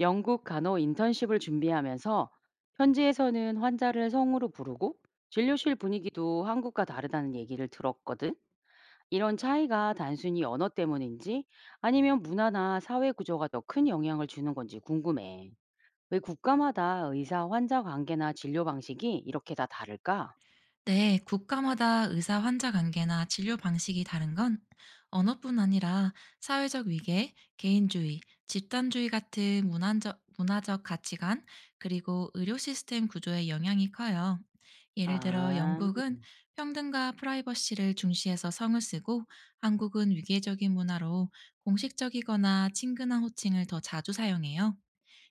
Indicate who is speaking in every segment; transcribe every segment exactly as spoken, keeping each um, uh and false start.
Speaker 1: 영국 간호 인턴십을 준비하면서 현지에서는 환자를 성으로 부르고 진료실 분위기도 한국과 다르다는 얘기를 들었거든. 이런 차이가 단순히 언어 때문인지 아니면 문화나 사회 구조가 더 큰 영향을 주는 건지 궁금해. 왜 국가마다 의사 환자 관계나 진료 방식이 이렇게 다 다를까?
Speaker 2: 네, 국가마다 의사 환자 관계나 진료 방식이 다른 건 언어뿐 아니라 사회적 위계, 개인주의, 집단주의 같은 문화적, 문화적 가치관, 그리고 의료 시스템 구조에 영향이 커요. 예를 들어
Speaker 1: 아,
Speaker 2: 영국은 평등과 프라이버시를 중시해서 성을 쓰고 한국은 위계적인 문화로 공식적이거나 친근한 호칭을 더 자주 사용해요.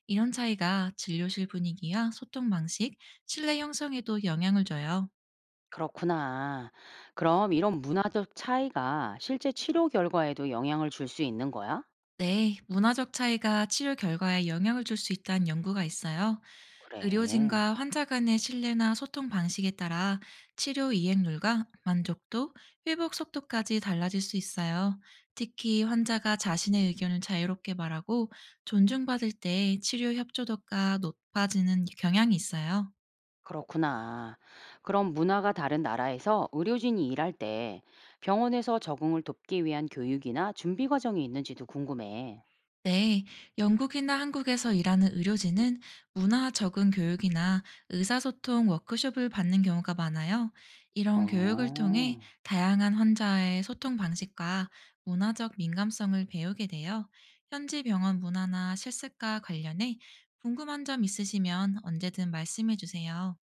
Speaker 2: 이런 차이가 진료실 분위기와 소통 방식, 신뢰 형성에도 영향을 줘요.
Speaker 1: 그렇구나. 그럼 이런 문화적 차이가 실제 치료 결과에도 영향을 줄 수 있는 거야?
Speaker 2: 네, 문화적 차이가 치료 결과에 영향을 줄 수 있다는 연구가 있어요.
Speaker 1: 그래.
Speaker 2: 의료진과 환자 간의 신뢰나 소통 방식에 따라 치료 이행률과 만족도, 회복 속도까지 달라질 수 있어요. 특히 환자가 자신의 의견을 자유롭게 말하고 존중받을 때 치료 협조도가 높아지는 경향이 있어요.
Speaker 1: 그렇구나. 그럼 문화가 다른 나라에서 의료진이 일할 때 병원에서 적응을 돕기 위한 교육이나 준비 과정이 있는지도 궁금해.
Speaker 2: 네, 영국이나 한국에서 일하는 의료진은 문화 적응 교육이나 의사소통 워크숍을 받는 경우가 많아요. 이런 교육을
Speaker 1: 어.
Speaker 2: 통해 다양한 환자의 소통 방식과 문화적 민감성을 배우게 돼요. 현지 병원 문화나 실습과 관련해 궁금한 점 있으시면 언제든 말씀해 주세요.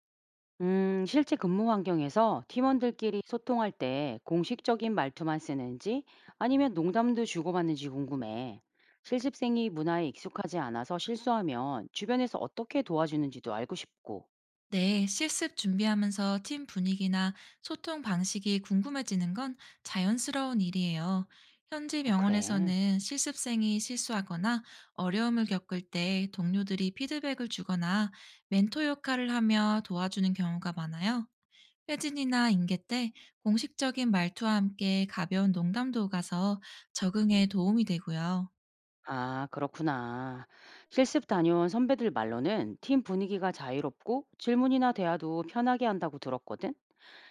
Speaker 1: 음, 실제 근무 환경에서 팀원들끼리 소통할 때 공식적인 말투만 쓰는지 아니면 농담도 주고받는지 궁금해. 실습생이 문화에 익숙하지 않아서 실수하면 주변에서 어떻게 도와주는지도 알고 싶고.
Speaker 2: 네, 실습 준비하면서 팀 분위기나 소통 방식이 궁금해지는 건 자연스러운 일이에요. 현지
Speaker 1: 어, 그래.
Speaker 2: 병원에서는 실습생이 실수하거나 어려움을 겪을 때 동료들이 피드백을 주거나 멘토 역할을 하며 도와주는 경우가 많아요. 회진이나 인계 때 공식적인 말투와 함께 가벼운 농담도 가서 적응에 도움이 되고요.
Speaker 1: 아, 그렇구나. 실습 다녀온 선배들 말로는 팀 분위기가 자유롭고 질문이나 대화도 편하게 한다고 들었거든.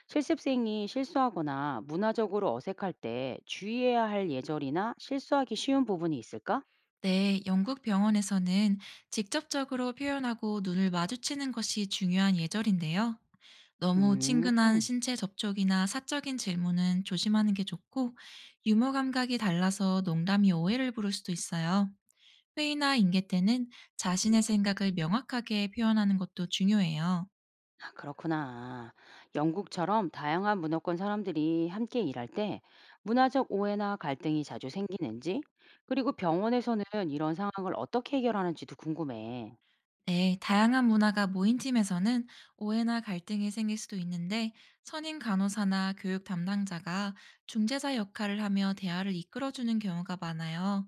Speaker 1: 실습생이 실수하거나 문화적으로 어색할 때 주의해야 할 예절이나 실수하기 쉬운 부분이 있을까?
Speaker 2: 네, 영국 병원에서는 직접적으로 표현하고 눈을 마주치는 것이 중요한 예절인데요. 너무
Speaker 1: 음,
Speaker 2: 친근한 신체 접촉이나 사적인 질문은 조심하는 게 좋고, 유머 감각이 달라서 농담이 오해를 부를 수도 있어요. 회의나 인계 때는 자신의 생각을 명확하게 표현하는 것도 중요해요.
Speaker 1: 아, 그렇구나. 영국처럼 다양한 문화권 사람들이 함께 일할 때 문화적 오해나 갈등이 자주 생기는지, 그리고 병원에서는 이런 상황을 어떻게 해결하는지도 궁금해.
Speaker 2: 네, 다양한 문화가 모인 팀에서는 오해나 갈등이 생길 수도 있는데 선임 간호사나 교육 담당자가 중재자 역할을 하며 대화를 이끌어주는 경우가 많아요.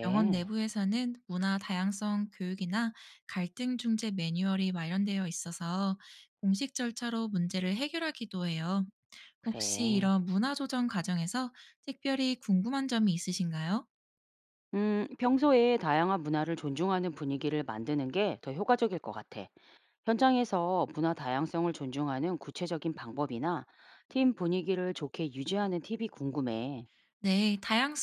Speaker 2: 병원 내부에서는 문화 다양성 교육이나 갈등 중재 매뉴얼이 마련되어 있어서 공식 절차로 문제를 해결하기도 해요. 혹시
Speaker 1: 그래.
Speaker 2: 이런 문화 조정 과정에서 특별히 궁금한 점이 있으신가요?
Speaker 1: 음, 평소에 다양한 문화를 존중하는 분위기를 만드는 게 더 효과적일 것 같아. 현장에서 문화 다양성을 존중하는 구체적인 방법이나 팀 분위기를 좋게 유지하는 팁이 궁금해.
Speaker 2: 네, 다양,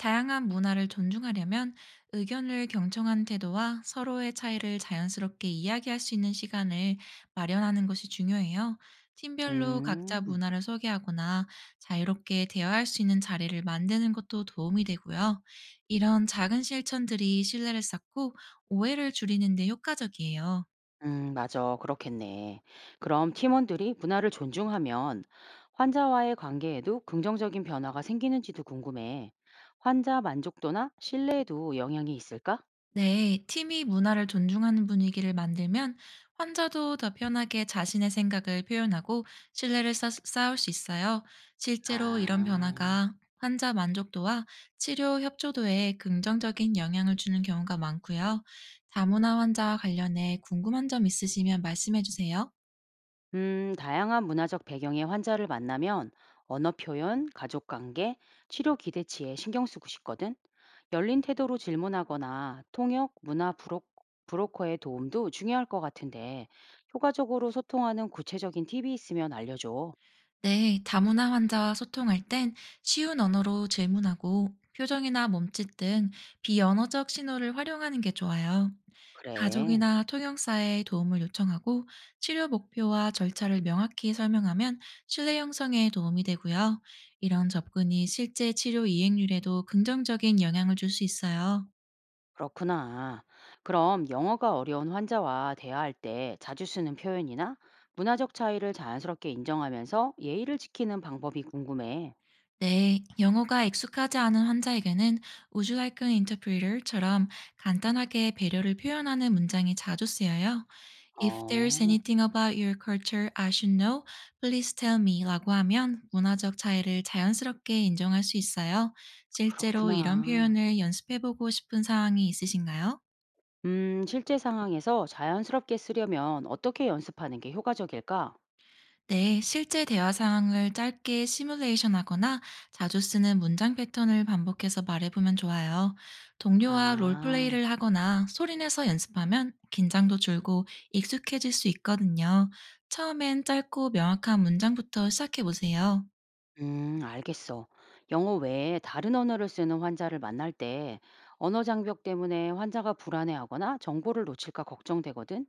Speaker 2: 다양한 문화를 존중하려면 의견을 경청한 태도와 서로의 차이를 자연스럽게 이야기할 수 있는 시간을 마련하는 것이 중요해요. 팀별로 각자
Speaker 1: 음,
Speaker 2: 문화를 소개하거나 자유롭게 대화할 수 있는 자리를 만드는 것도 도움이 되고요. 이런 작은 실천들이 신뢰를 쌓고 오해를 줄이는 데 효과적이에요.
Speaker 1: 음, 맞아. 그렇겠네. 그럼 팀원들이 문화를 존중하면 환자와의 관계에도 긍정적인 변화가 생기는지도 궁금해. 환자 만족도나 신뢰에도 영향이 있을까?
Speaker 2: 네, 팀이 문화를 존중하는 분위기를 만들면 환자도 더 편하게 자신의 생각을 표현하고 신뢰를 쌓, 쌓을 수 있어요. 실제로 이런
Speaker 1: 아.
Speaker 2: 변화가 환자 만족도와 치료 협조도에 긍정적인 영향을 주는 경우가 많고요. 다문화 환자와 관련해 궁금한 점 있으시면 말씀해 주세요.
Speaker 1: 음, 다양한 문화적 배경의 환자를 만나면 언어 표현, 가족 관계, 치료 기대치에 신경 쓰고 싶거든. 열린 태도로 질문하거나 통역, 문화 브로, 브로커의 도움도 중요할 것 같은데 효과적으로 소통하는 구체적인 팁이 있으면 알려줘.
Speaker 2: 네, 다문화 환자와 소통할 땐 쉬운 언어로 질문하고 표정이나 몸짓 등 비언어적 신호를 활용하는 게 좋아요.
Speaker 1: 그래,
Speaker 2: 가족이나 통역사의 도움을 요청하고 치료 목표와 절차를 명확히 설명하면 신뢰 형성에 도움이 되고요. 이런 접근이 실제 치료 이행률에도 긍정적인 영향을 줄 수 있어요.
Speaker 1: 그렇구나. 그럼 영어가 어려운 환자와 대화할 때 자주 쓰는 표현이나 문화적 차이를 자연스럽게 인정하면서 예의를 지키는 방법이 궁금해.
Speaker 2: 네, 영어가 익숙하지 않은 환자에게는 "Would you like an interpreter?"처럼 간단하게 배려를 표현하는 문장이 자주 쓰여요. "If there's
Speaker 1: 어.
Speaker 2: anything about your culture I should know, please tell me 라고 하면 문화적 차이를 자연스럽게 인정할 수 있어요. 실제로 이런
Speaker 1: 그렇구나.
Speaker 2: 표현을 연습해보고 싶은 상황이 있으신가요?
Speaker 1: 음, 실제 상황에서 자연스럽게 쓰려면 어떻게 연습하는 게 효과적일까?
Speaker 2: 네, 실제 대화 상황을 짧게 시뮬레이션 하거나 자주 쓰는 문장 패턴을 반복해서 말해보면 좋아요. 동료와
Speaker 1: 아,
Speaker 2: 롤플레이를 하거나 소리내서 연습하면 긴장도 줄고 익숙해질 수 있거든요. 처음엔 짧고 명확한 문장부터 시작해보세요.
Speaker 1: 음, 알겠어. 영어 외에 다른 언어를 쓰는 환자를 만날 때 언어 장벽 때문에 환자가 불안해하거나 정보를 놓칠까 걱정되거든.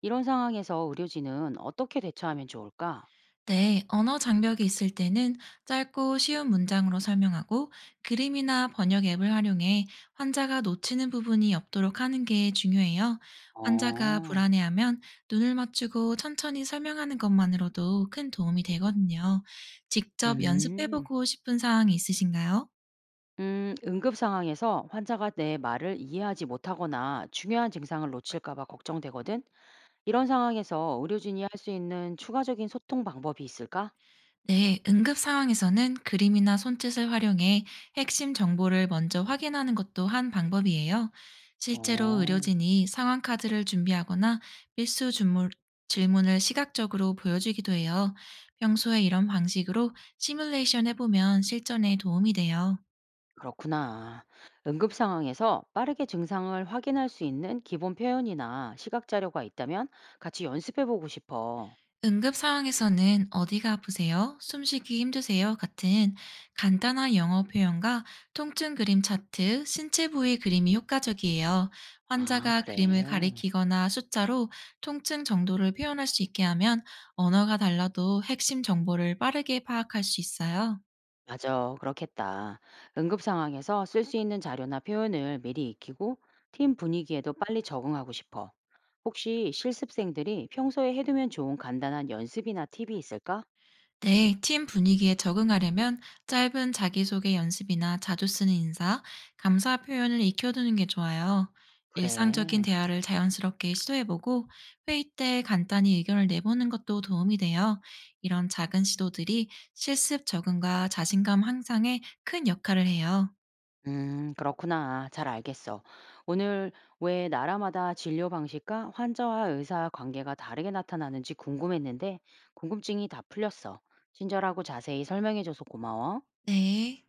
Speaker 1: 이런 상황에서 의료진은 어떻게 대처하면 좋을까?
Speaker 2: 네, 언어 장벽이 있을 때는 짧고 쉬운 문장으로 설명하고 그림이나 번역 앱을 활용해 환자가 놓치는 부분이 없도록 하는 게 중요해요. 환자가
Speaker 1: 어,
Speaker 2: 불안해하면 눈을 맞추고 천천히 설명하는 것만으로도 큰 도움이 되거든요. 직접
Speaker 1: 음,
Speaker 2: 연습해보고 싶은 사항이 있으신가요?
Speaker 1: 음, 응급 상황에서 환자가 내 말을 이해하지 못하거나 중요한 증상을 놓칠까 봐 걱정되거든. 이런 상황에서 의료진이 할 수 있는 추가적인 소통 방법이 있을까?
Speaker 2: 네, 응급 상황에서는 그림이나 손짓을 활용해 핵심 정보를 먼저 확인하는 것도 한 방법이에요. 실제로
Speaker 1: 어,
Speaker 2: 의료진이 상황 카드를 준비하거나 필수 주물- 질문을 시각적으로 보여주기도 해요. 평소에 이런 방식으로 시뮬레이션 해보면 실전에 도움이 돼요.
Speaker 1: 그렇구나. 응급 상황에서 빠르게 증상을 확인할 수 있는 기본 표현이나 시각 자료가 있다면 같이 연습해 보고 싶어.
Speaker 2: 응급 상황에서는 "어디가 아프세요?", "숨쉬기 힘드세요?" 같은 간단한 영어 표현과 통증 그림 차트, 신체 부위 그림이 효과적이에요.
Speaker 1: 아,
Speaker 2: 환자가 그림을
Speaker 1: 그래.
Speaker 2: 가리키거나 숫자로 통증 정도를 표현할 수 있게 하면 언어가 달라도 핵심 정보를 빠르게 파악할 수 있어요.
Speaker 1: 맞아. 그렇겠다. 응급 상황에서 쓸 수 있는 자료나 표현을 미리 익히고 팀 분위기에도 빨리 적응하고 싶어. 혹시 실습생들이 평소에 해두면 좋은 간단한 연습이나 팁이 있을까?
Speaker 2: 네, 팀 분위기에 적응하려면 짧은 자기소개 연습이나 자주 쓰는 인사, 감사 표현을 익혀두는 게 좋아요. 일상적인
Speaker 1: 그래.
Speaker 2: 대화를 자연스럽게 시도해보고 회의 때 간단히 의견을 내보는 것도 도움이 돼요. 이런 작은 시도들이 실습 적응과 자신감 향상에 큰 역할을 해요.
Speaker 1: 음, 그렇구나. 잘 알겠어. 오늘 왜 나라마다 진료 방식과 환자와 의사 관계가 다르게 나타나는지 궁금했는데, 궁금증이 다 풀렸어. 친절하고 자세히 설명해줘서 고마워.
Speaker 2: 네.